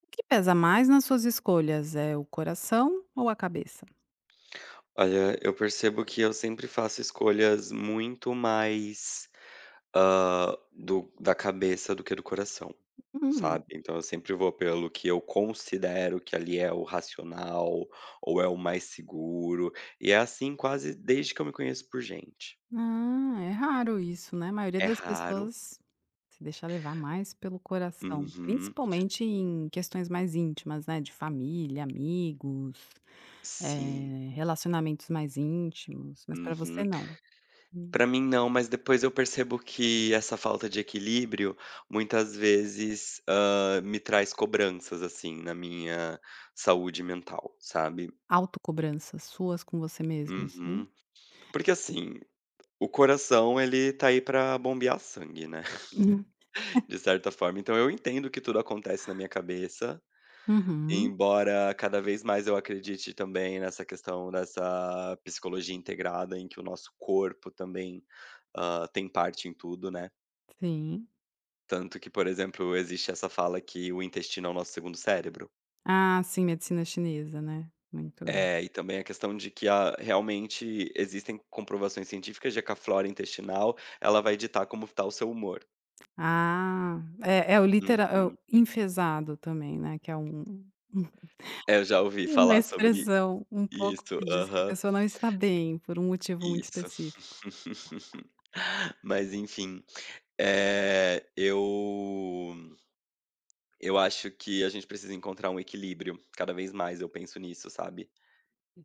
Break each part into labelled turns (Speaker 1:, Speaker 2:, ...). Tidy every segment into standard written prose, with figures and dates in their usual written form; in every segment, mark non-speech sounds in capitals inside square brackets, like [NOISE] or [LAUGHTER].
Speaker 1: O que pesa mais nas suas escolhas, é o coração ou a cabeça?
Speaker 2: Olha, eu percebo que eu sempre faço escolhas muito mais, do da cabeça do que do coração,
Speaker 1: Hum.
Speaker 2: sabe. Então eu sempre vou pelo que eu considero que ali é o racional, ou é o mais seguro, e é assim quase desde que eu me conheço por gente.
Speaker 1: Ah, é raro isso, né, a maioria
Speaker 2: É
Speaker 1: das
Speaker 2: raro.
Speaker 1: pessoas se deixa levar mais pelo coração,
Speaker 2: Uhum.
Speaker 1: principalmente em questões mais íntimas, né, de família, amigos,
Speaker 2: Sim.
Speaker 1: relacionamentos mais íntimos, mas para você
Speaker 2: Uhum.
Speaker 1: não. Hum.
Speaker 2: Pra mim não, mas depois eu percebo que essa falta de equilíbrio muitas vezes, me traz cobranças, assim, na minha saúde mental, sabe.
Speaker 1: Autocobranças suas com você mesmo, assim?
Speaker 2: Uhum. Porque, assim, o coração ele tá aí pra bombear sangue, né,
Speaker 1: [LAUGHS]
Speaker 2: [LAUGHS] de certa forma. Então eu entendo que tudo acontece na minha cabeça,
Speaker 1: Uhum,
Speaker 2: embora cada vez mais eu acredite também nessa questão dessa psicologia integrada em que o nosso corpo também, tem parte em tudo, né.
Speaker 1: sim.
Speaker 2: Tanto que, por exemplo, existe essa fala que o intestino é o nosso segundo cérebro.
Speaker 1: Ah, sim, medicina chinesa, né, muito.
Speaker 2: É, e também a questão de que a realmente existem comprovações científicas de que a flora intestinal, ela vai ditar como está o seu humor.
Speaker 1: Ah, é é o litera é o
Speaker 2: Uhum.
Speaker 1: enfezado também, né, que é um [LAUGHS]
Speaker 2: É, eu já ouvi
Speaker 1: uma
Speaker 2: falar sobre
Speaker 1: expressão um pouco
Speaker 2: isso.
Speaker 1: que diz que a
Speaker 2: Aham,
Speaker 1: pessoa não está bem por um motivo muito
Speaker 2: isso.
Speaker 1: específico.
Speaker 2: [LAUGHS] Mas enfim, eh, eu eu acho que a gente precisa encontrar um equilíbrio, cada vez mais eu penso nisso, sabe.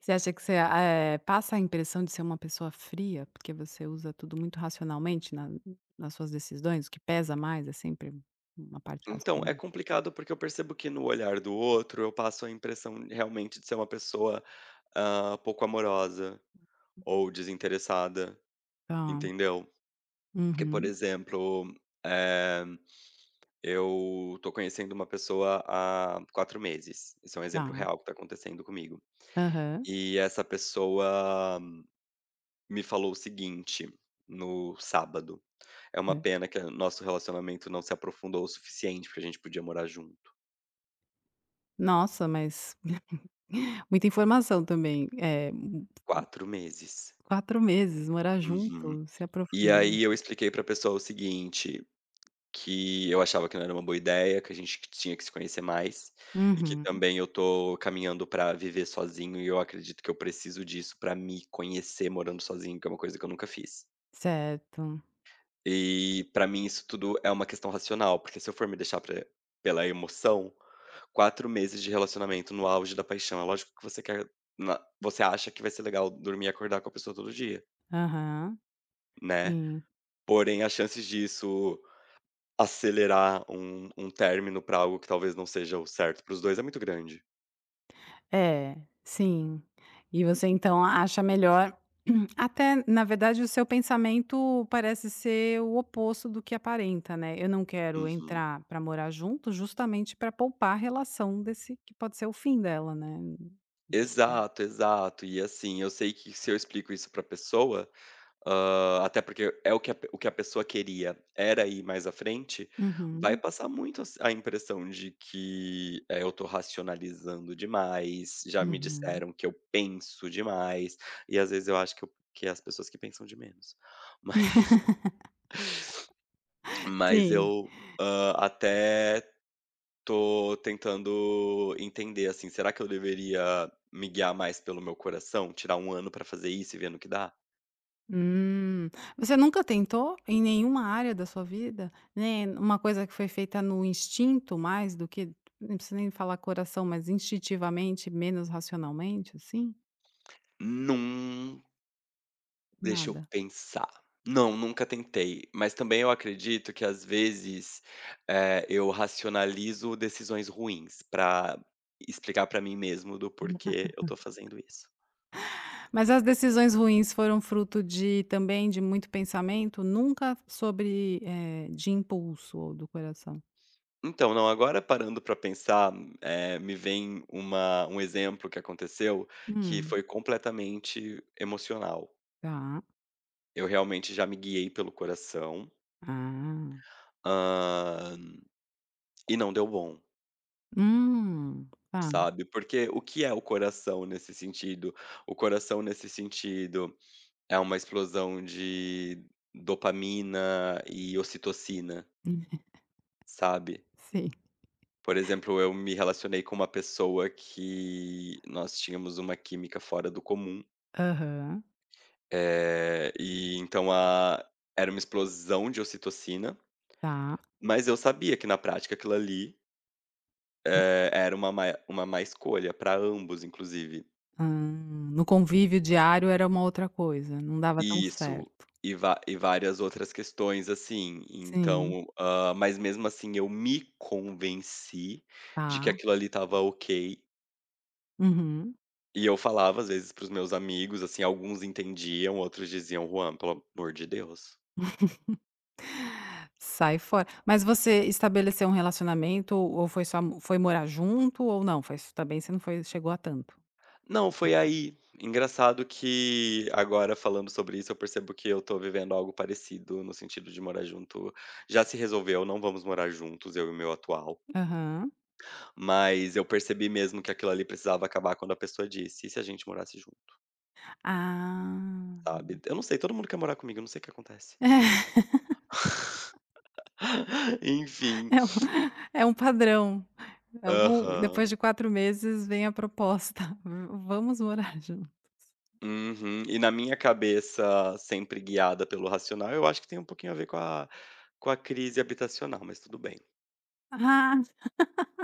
Speaker 1: Você acha que você, passa a impressão de ser uma pessoa fria, porque você usa tudo muito racionalmente na nas suas decisões, o que pesa mais é sempre uma parte
Speaker 2: Então, é
Speaker 1: racional?
Speaker 2: complicado porque eu percebo que no olhar do outro eu passo a impressão realmente de ser uma pessoa pouco amorosa ou desinteressada,
Speaker 1: Tá.
Speaker 2: entendeu? Porque, por
Speaker 1: Uhum.
Speaker 2: exemplo, eh, eu tô conhecendo uma pessoa há 4 meses. Esse é um exemplo
Speaker 1: Tá.
Speaker 2: real que tá acontecendo comigo.
Speaker 1: Aham.
Speaker 2: E essa pessoa me falou o seguinte no sábado. É uma
Speaker 1: É.
Speaker 2: pena que o nosso relacionamento não se aprofundou o suficiente porque a gente podia morar junto.
Speaker 1: Nossa, mas [LAUGHS] muita informação também.
Speaker 2: 4 meses.
Speaker 1: 4 meses, morar
Speaker 2: Uhum.
Speaker 1: junto, se
Speaker 2: E
Speaker 1: aprofundou.
Speaker 2: aí eu expliquei pra pessoa o seguinte, que eu achava que não era uma boa ideia, que a gente que tinha que se conhecer mais, e que
Speaker 1: Uhum.
Speaker 2: também eu tô caminhando pra viver sozinho e eu acredito que eu preciso disso pra me conhecer morando sozinho, que é uma coisa que eu nunca fiz.
Speaker 1: Certo.
Speaker 2: E pra mim isso tudo é uma questão racional, porque se eu for me deixar pre pela emoção, 4 meses de relacionamento no auge da paixão, é lógico que você quer na você acha que vai ser legal dormir e acordar com a pessoa todo dia,
Speaker 1: Aham,
Speaker 2: né.
Speaker 1: sim.
Speaker 2: Porém, as chances disso acelerar um término para algo que talvez não seja o certo para os 2 é muito grande.
Speaker 1: É, sim. E você então acha melhor [CLEARS THROAT] até na verdade o seu pensamento parece ser o oposto do que aparenta, né. "Eu não quero
Speaker 2: Uhum.
Speaker 1: entrar para morar junto", justamente para poupar a relação desse que pode ser o fim dela, né. Desse-
Speaker 2: Exato, exato. E, assim, eu sei que se eu explico isso pra pessoa, até porque é o que a pessoa queria era ir mais à frente, vai
Speaker 1: Uhum,
Speaker 2: passar muito a se a impressão de que, eu tô racionalizando demais, já me
Speaker 1: uhum.
Speaker 2: disseram que eu penso demais, e às vezes eu acho que eu que é as pessoas que pensam de menos. [LAUGHS] Mas mas
Speaker 1: Sim.
Speaker 2: eu, até tô tentando entender, assim, será que eu deveria me guiar mais pelo meu coração? Tirar um ano pra fazer isso e ver no que dá?
Speaker 1: Hum. Você nunca tentou em nenhuma área da sua vida, né, uma coisa que foi feita no instinto mais do que não precisa nem falar coração, mas instintivamente, menos racionalmente, assim?
Speaker 2: Num deixa eu
Speaker 1: Nada.
Speaker 2: pensar. Não, nunca tentei, mas também eu acredito que às vezes, eu racionalizo decisões ruins pra explicar pra mim mesmo do porquê eu tô fazendo isso.
Speaker 1: Mas as decisões ruins foram fruto de também de muito pensamento, nunca sobre, de impulso ou do coração?
Speaker 2: Então, não, agora parando pra pensar, me vem uma um exemplo que aconteceu, que
Speaker 1: Hum,
Speaker 2: foi completamente emocional.
Speaker 1: tá.
Speaker 2: Eu realmente já me guiei pelo coração,
Speaker 1: Ah.
Speaker 2: hã, e não deu bom,
Speaker 1: Hum, tá.
Speaker 2: sabe, porque o que é o coração nesse sentido? O coração nesse sentido é uma explosão de dopamina e ocitocina,
Speaker 1: Hum,
Speaker 2: sabe.
Speaker 1: sim.
Speaker 2: Por exemplo, eu me relacionei com uma pessoa que nós tínhamos uma química fora do comum,
Speaker 1: Aham.
Speaker 2: e então a era uma explosão de ocitocina,
Speaker 1: Tá.
Speaker 2: mas eu sabia que na prática aquilo ali era uma má escolha para ambos, inclusive.
Speaker 1: Ah, no convívio diário era uma outra coisa, não dava tão
Speaker 2: Isso,
Speaker 1: certo.
Speaker 2: e várias outras questões, assim.
Speaker 1: Sim,
Speaker 2: Então, mas mesmo assim eu me convenci de que
Speaker 1: tá.
Speaker 2: aquilo ali estava ok,
Speaker 1: Uhum.
Speaker 2: e eu falava às vezes para os meus amigos, assim, alguns entendiam, outros diziam: "Juan, pelo amor de Deus".
Speaker 1: Sai fora. Mas você estabeleceu um relacionamento ou foi morar junto ou não? Foi isso também você não foi chegou a tanto?
Speaker 2: Não, foi aí. Engraçado que agora falando sobre isso eu percebo que eu estou vivendo algo parecido no sentido de morar junto. Já se resolveu, não vamos morar juntos, eu e o meu atual.
Speaker 1: Aham.
Speaker 2: Mas eu percebi mesmo que aquilo ali precisava acabar quando a pessoa disse: "E se a gente morasse junto?",
Speaker 1: Ah,
Speaker 2: sabe. Eu não sei, todo mundo quer morar comigo, eu não sei o que acontece. [LAUGHS] Enfim.
Speaker 1: é um [LAUGHS] é um padrão. Algum depois
Speaker 2: Aham.
Speaker 1: de 4 meses vem a proposta: [LAUGHS] "Vamos morar [LAUGHS] junto".
Speaker 2: Uhum. E na minha cabeça, sempre guiada pelo racional, eu acho que tem um pouquinho a ver com a crise habitacional, mas tudo bem.
Speaker 1: Ah,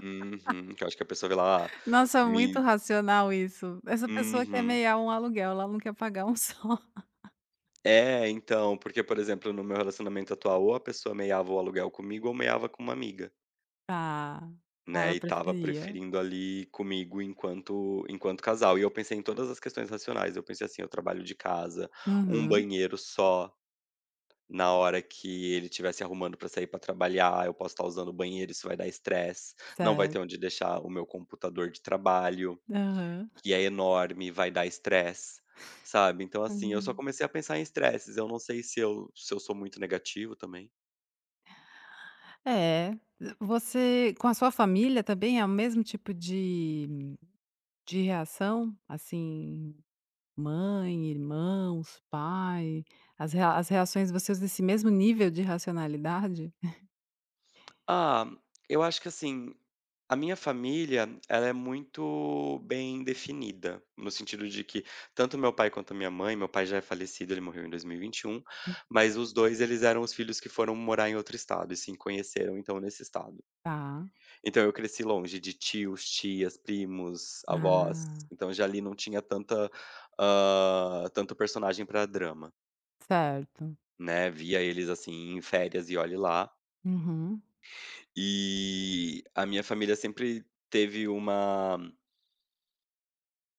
Speaker 2: Uhum. Que eu acho que a pessoa vê lá, ah,
Speaker 1: nossa, muito
Speaker 2: me
Speaker 1: racional isso. Essa pessoa quer
Speaker 2: Uhum.
Speaker 1: meiar um aluguel, ela não quer pagar um [LAUGHS] só.
Speaker 2: É, então, porque, por exemplo, no meu relacionamento atual, ou a pessoa meiava o aluguel comigo ou meiava com uma amiga.
Speaker 1: Ah, ah,
Speaker 2: Né,
Speaker 1: ela
Speaker 2: e estava
Speaker 1: preferia.
Speaker 2: preferindo ali comigo enquanto casal. E eu pensei em todas as questões racionais, eu pensei assim: "Eu trabalho de casa, um
Speaker 1: Uhum,
Speaker 2: banheiro só na hora que ele estiver arrumando para sair para trabalhar, eu posso estar usando o banheiro, isso vai dar estresse, não vai ter
Speaker 1: certo.
Speaker 2: onde deixar o meu computador de trabalho,
Speaker 1: Aham.
Speaker 2: que é enorme, vai dar estresse", sabe. Então assim, eu só
Speaker 1: Hum.
Speaker 2: comecei a pensar em estresses, eu não sei se eu sou muito negativo também.
Speaker 1: É, você com a sua família também é o mesmo tipo de reação? Assim, mãe, irmãos, pai, as reações vocês desse mesmo nível de racionalidade?
Speaker 2: Ah, eu acho que assim, a minha família, ela é muito bem definida, no sentido de que tanto meu pai quanto minha mãe, meu pai já é falecido, ele morreu em dois mil e vinte e um, mas os dois eles eram os filhos que foram morar em outro estado e se conheceram então nesse estado.
Speaker 1: Tá.
Speaker 2: Então eu cresci longe de tios, tias, primos, avós,
Speaker 1: Ah,
Speaker 2: então já ali não tinha tanta, tanto personagem para drama,
Speaker 1: certo.
Speaker 2: né? Via eles assim em férias e olhe lá.
Speaker 1: Uhum.
Speaker 2: E a minha família sempre teve uma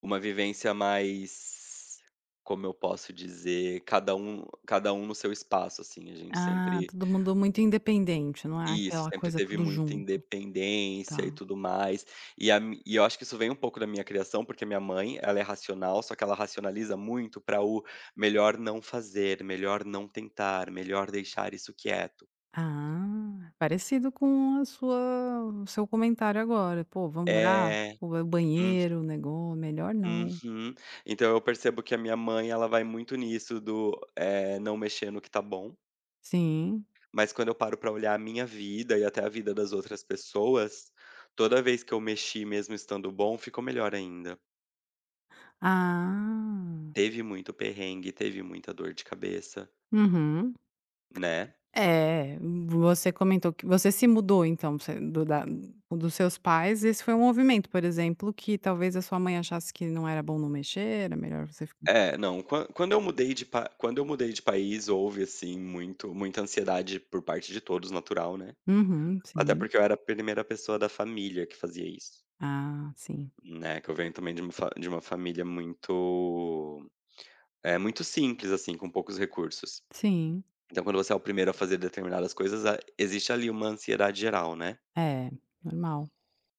Speaker 2: uma vivência mais, como eu posso dizer, cada um no seu espaço, assim, a gente
Speaker 1: Ah,
Speaker 2: sempre.
Speaker 1: todo mundo muito independente, não é
Speaker 2: Isso,
Speaker 1: aquela
Speaker 2: sempre
Speaker 1: coisa
Speaker 2: teve
Speaker 1: tudo
Speaker 2: muita
Speaker 1: junto, tá.
Speaker 2: independência e tudo mais. E a mi e eu acho que isso vem um pouco da minha criação, porque minha mãe, ela é racional, só que ela racionaliza muito para o melhor não fazer, melhor não tentar, melhor deixar isso quieto.
Speaker 1: Ah, parecido com a sua o seu comentário agora: "Pô, vamos orar?
Speaker 2: É.
Speaker 1: Pô, é o banheiro, negó melhor não".
Speaker 2: Uhum. Então eu percebo que a minha mãe, ela vai muito nisso do, não mexer no que tá bom,
Speaker 1: Sim.
Speaker 2: mas quando eu paro pra olhar a minha vida e até a vida das outras pessoas, toda vez que eu mexi mesmo estando bom, ficou melhor ainda.
Speaker 1: Ah.
Speaker 2: Teve muito perrengue, teve muita dor de cabeça,
Speaker 1: Uhum.
Speaker 2: né.
Speaker 1: É, você comentou que você se mudou então, você do da dos seus pais, esse foi um movimento, por exemplo, que talvez a sua mãe achasse que não era bom não mexer, era melhor você ficar.
Speaker 2: É, não, quando eu mudei de país, houve, assim, muito muita ansiedade por parte de todos, natural, né.
Speaker 1: Uhum,
Speaker 2: Até
Speaker 1: sim.
Speaker 2: porque eu era a primeira pessoa da família que fazia isso.
Speaker 1: Ah, sim.
Speaker 2: Né, que eu venho também de uma fa de uma família é muito simples, assim, com poucos recursos.
Speaker 1: Sim.
Speaker 2: Então quando você é o primeiro a fazer determinadas coisas, a existe ali uma ansiedade geral, né.
Speaker 1: É, normal.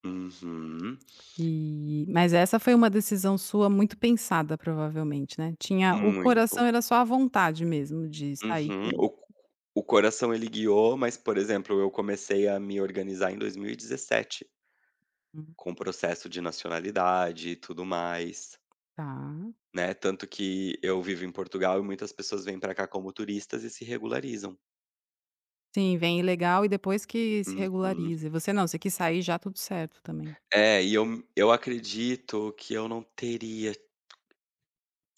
Speaker 2: Uhum.
Speaker 1: E mas essa foi uma decisão sua muito pensada, provavelmente, né? Tinha o
Speaker 2: Muito.
Speaker 1: coração era só a vontade mesmo de sair que
Speaker 2: Uhum. O coração ele guiou, mas, por exemplo, eu comecei a me organizar em 2017,
Speaker 1: hum,
Speaker 2: com o processo de nacionalidade e tudo mais,
Speaker 1: tá.
Speaker 2: né, tanto que eu vivo em Portugal e muitas pessoas vêm pra cá como turistas e se regularizam.
Speaker 1: Sim, vem ilegal e depois que se
Speaker 2: Uhum.
Speaker 1: regulariza. Você não, você quis sair já tudo certo também.
Speaker 2: É, e eu acredito que eu não teria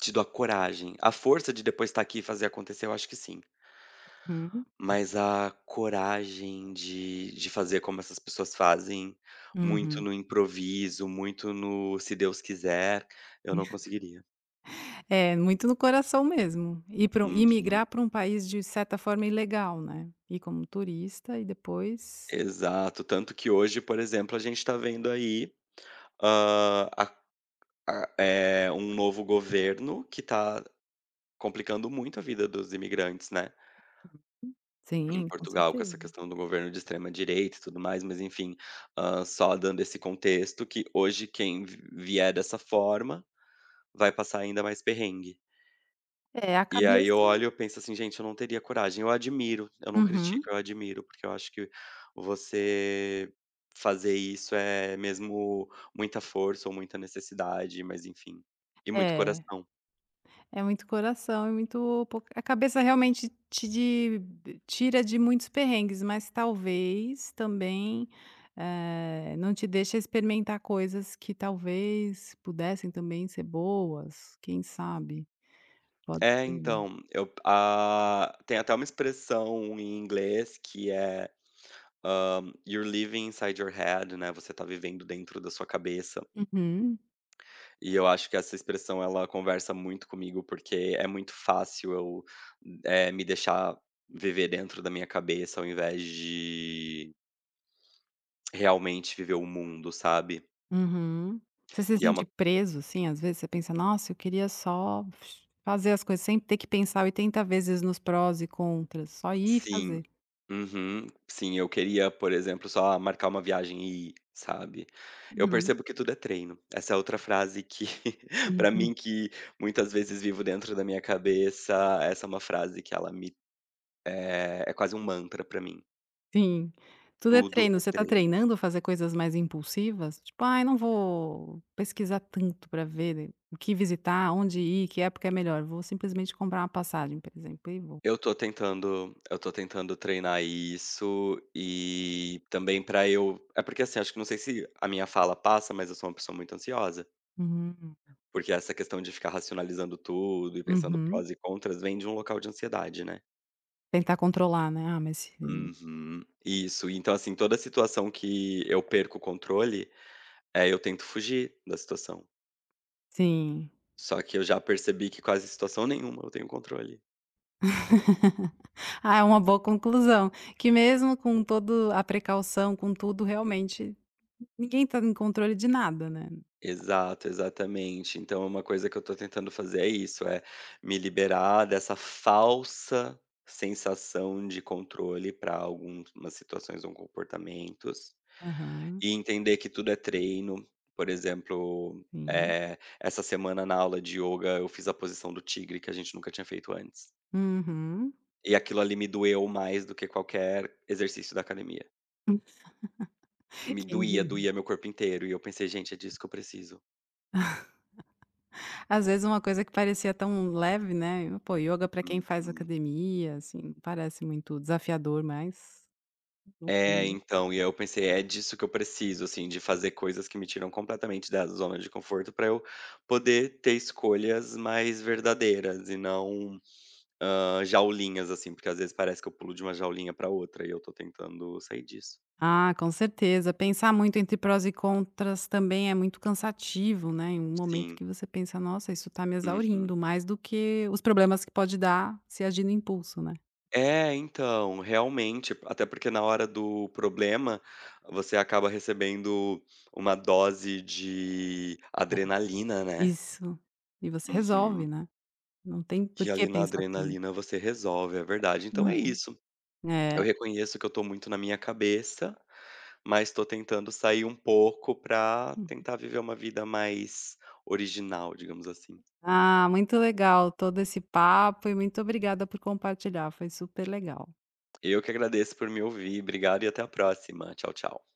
Speaker 2: tido a coragem. A força de depois estar aqui e fazer acontecer, eu acho que sim.
Speaker 1: Uhum,
Speaker 2: Mas a coragem de fazer como essas pessoas fazem, muito
Speaker 1: uhum.
Speaker 2: no improviso, muito no "se Deus quiser", eu não conseguiria.
Speaker 1: É, muito no coração mesmo. E para um e
Speaker 2: Uhum.
Speaker 1: migrar para um país de certa forma ilegal, né? Ir como turista e depois.
Speaker 2: Exato. Tanto que hoje, por exemplo, a gente está vendo aí, hã, a eh, um novo governo que está complicando muito a vida dos imigrantes, né. Em
Speaker 1: Sim, com
Speaker 2: Portugal, com essa
Speaker 1: certeza.
Speaker 2: questão do governo de extrema direita e tudo mais, mas enfim, só dando esse contexto que hoje quem vi vier dessa forma, vai passar ainda mais perrengue.
Speaker 1: É, a
Speaker 2: E aí
Speaker 1: cabeça.
Speaker 2: eu olho e eu penso assim: "Gente, eu não teria coragem". Eu admiro, eu não
Speaker 1: Uhum.
Speaker 2: critico, eu admiro, porque eu acho que você fazer isso é mesmo muita força ou muita necessidade, mas enfim, e muito
Speaker 1: É.
Speaker 2: coração.
Speaker 1: É muito coração, é muito po a cabeça realmente te de tira de muitos perrengues, mas talvez também, não te deixa experimentar coisas que talvez pudessem também ser boas, quem sabe? Pode
Speaker 2: É,
Speaker 1: ser.
Speaker 2: então, eu tem até uma expressão em inglês que é "You're living inside your head", né, você tá vivendo dentro da sua cabeça.
Speaker 1: Uhum,
Speaker 2: E eu acho que essa expressão ela conversa muito comigo, porque é muito fácil eu, me deixar viver dentro da minha cabeça, ao invés de realmente viver o mundo, sabe.
Speaker 1: uhum. Você se
Speaker 2: E é
Speaker 1: sente
Speaker 2: uma.
Speaker 1: preso, assim, às vezes você pensa: "Nossa, eu queria só fazer as coisas sem ter que pensar 80 vezes nos prós e contras, só ir e
Speaker 2: Sim.
Speaker 1: fazer".
Speaker 2: Uhum. Sim, eu queria, por exemplo, só marcar uma viagem e ir, sabe. Eu
Speaker 1: Uhum,
Speaker 2: percebo que tudo é treino. Essa é outra frase que [LAUGHS] pra
Speaker 1: uhum.
Speaker 2: mim que muitas vezes vivo dentro da minha cabeça, essa é uma frase que ela me é é quase um mantra pra mim.
Speaker 1: Sim, tudo é
Speaker 2: Tudo
Speaker 1: treino.
Speaker 2: é
Speaker 1: Você tá
Speaker 2: treino.
Speaker 1: treinando fazer coisas mais impulsivas? Tipo: "Ai, não vou pesquisar tanto pra ver o que visitar, onde ir, que época é melhor. Vou simplesmente comprar uma passagem", por exemplo, e vou.
Speaker 2: Eu tô tentando treinar isso e também pra eu é porque, assim, acho que não sei se a minha fala passa, mas eu sou uma pessoa muito ansiosa.
Speaker 1: Uhum,
Speaker 2: Porque essa questão de ficar racionalizando tudo e pensando
Speaker 1: uhum.
Speaker 2: prós e contras vem de um local de ansiedade, né.
Speaker 1: Tentar controlar, né. Ah, mas se.
Speaker 2: Uhum. Isso, então, assim, toda situação que eu perco o controle, eu tento fugir da situação.
Speaker 1: Sim.
Speaker 2: Só que eu já percebi que quase situação nenhuma eu tenho controle.
Speaker 1: [LAUGHS] Ah, é uma boa conclusão, que mesmo com todo a precaução, com tudo, realmente ninguém tá em controle de nada, né.
Speaker 2: Exato, exatamente. Então uma coisa que eu tô tentando fazer é isso, é me liberar dessa falsa sensação de controle para algumas situações ou comportamentos.
Speaker 1: Aham,
Speaker 2: E entender que tudo é treino. Por exemplo,
Speaker 1: sim.
Speaker 2: essa semana na aula de yoga eu fiz a posição do tigre que a gente nunca tinha feito antes.
Speaker 1: Uhum.
Speaker 2: E aquilo ali me doeu mais do que qualquer exercício da academia.
Speaker 1: [LAUGHS]
Speaker 2: Me
Speaker 1: Quem
Speaker 2: doía,
Speaker 1: diria.
Speaker 2: doía meu corpo inteiro e eu pensei: "Gente, é disso que eu preciso".
Speaker 1: Às vezes uma coisa que parecia tão leve, né, pô, yoga para quem faz
Speaker 2: Uhum.
Speaker 1: academia, assim, parece muito desafiador, mas no
Speaker 2: É,
Speaker 1: fundo.
Speaker 2: então, e aí eu pensei: "É disso que eu preciso", assim, de fazer coisas que me tiram completamente da zona de conforto para eu poder ter escolhas mais verdadeiras e não jaulinhas, assim, porque às vezes parece que eu pulo de uma jaulinha pra outra e eu tô tentando sair disso.
Speaker 1: Ah, com certeza. Pensar muito entre prós e contras também é muito cansativo, né, em um momento
Speaker 2: Sim.
Speaker 1: que você pensa: "Nossa, isso tá me
Speaker 2: Uhum.
Speaker 1: exaurindo", mais do que os problemas que pode dar se agir no impulso, né.
Speaker 2: É, então, realmente, até porque na hora do problema, você acaba recebendo uma dose de adrenalina, né.
Speaker 1: Isso. E você resolve,
Speaker 2: Uhum.
Speaker 1: né, não tem por
Speaker 2: E
Speaker 1: que
Speaker 2: ali na
Speaker 1: pensar tanto.
Speaker 2: adrenalina você resolve, é verdade. Então é
Speaker 1: Uhum.
Speaker 2: isso, eu
Speaker 1: É.
Speaker 2: reconheço que eu tô muito na minha cabeça, mas tô tentando sair um pouco pra tentar viver uma vida mais original, digamos assim.
Speaker 1: Ah, muito legal todo esse papo e muito obrigada por compartilhar, foi super legal.
Speaker 2: Eu que agradeço por me ouvir. Obrigado e até a próxima. Tchau, tchau.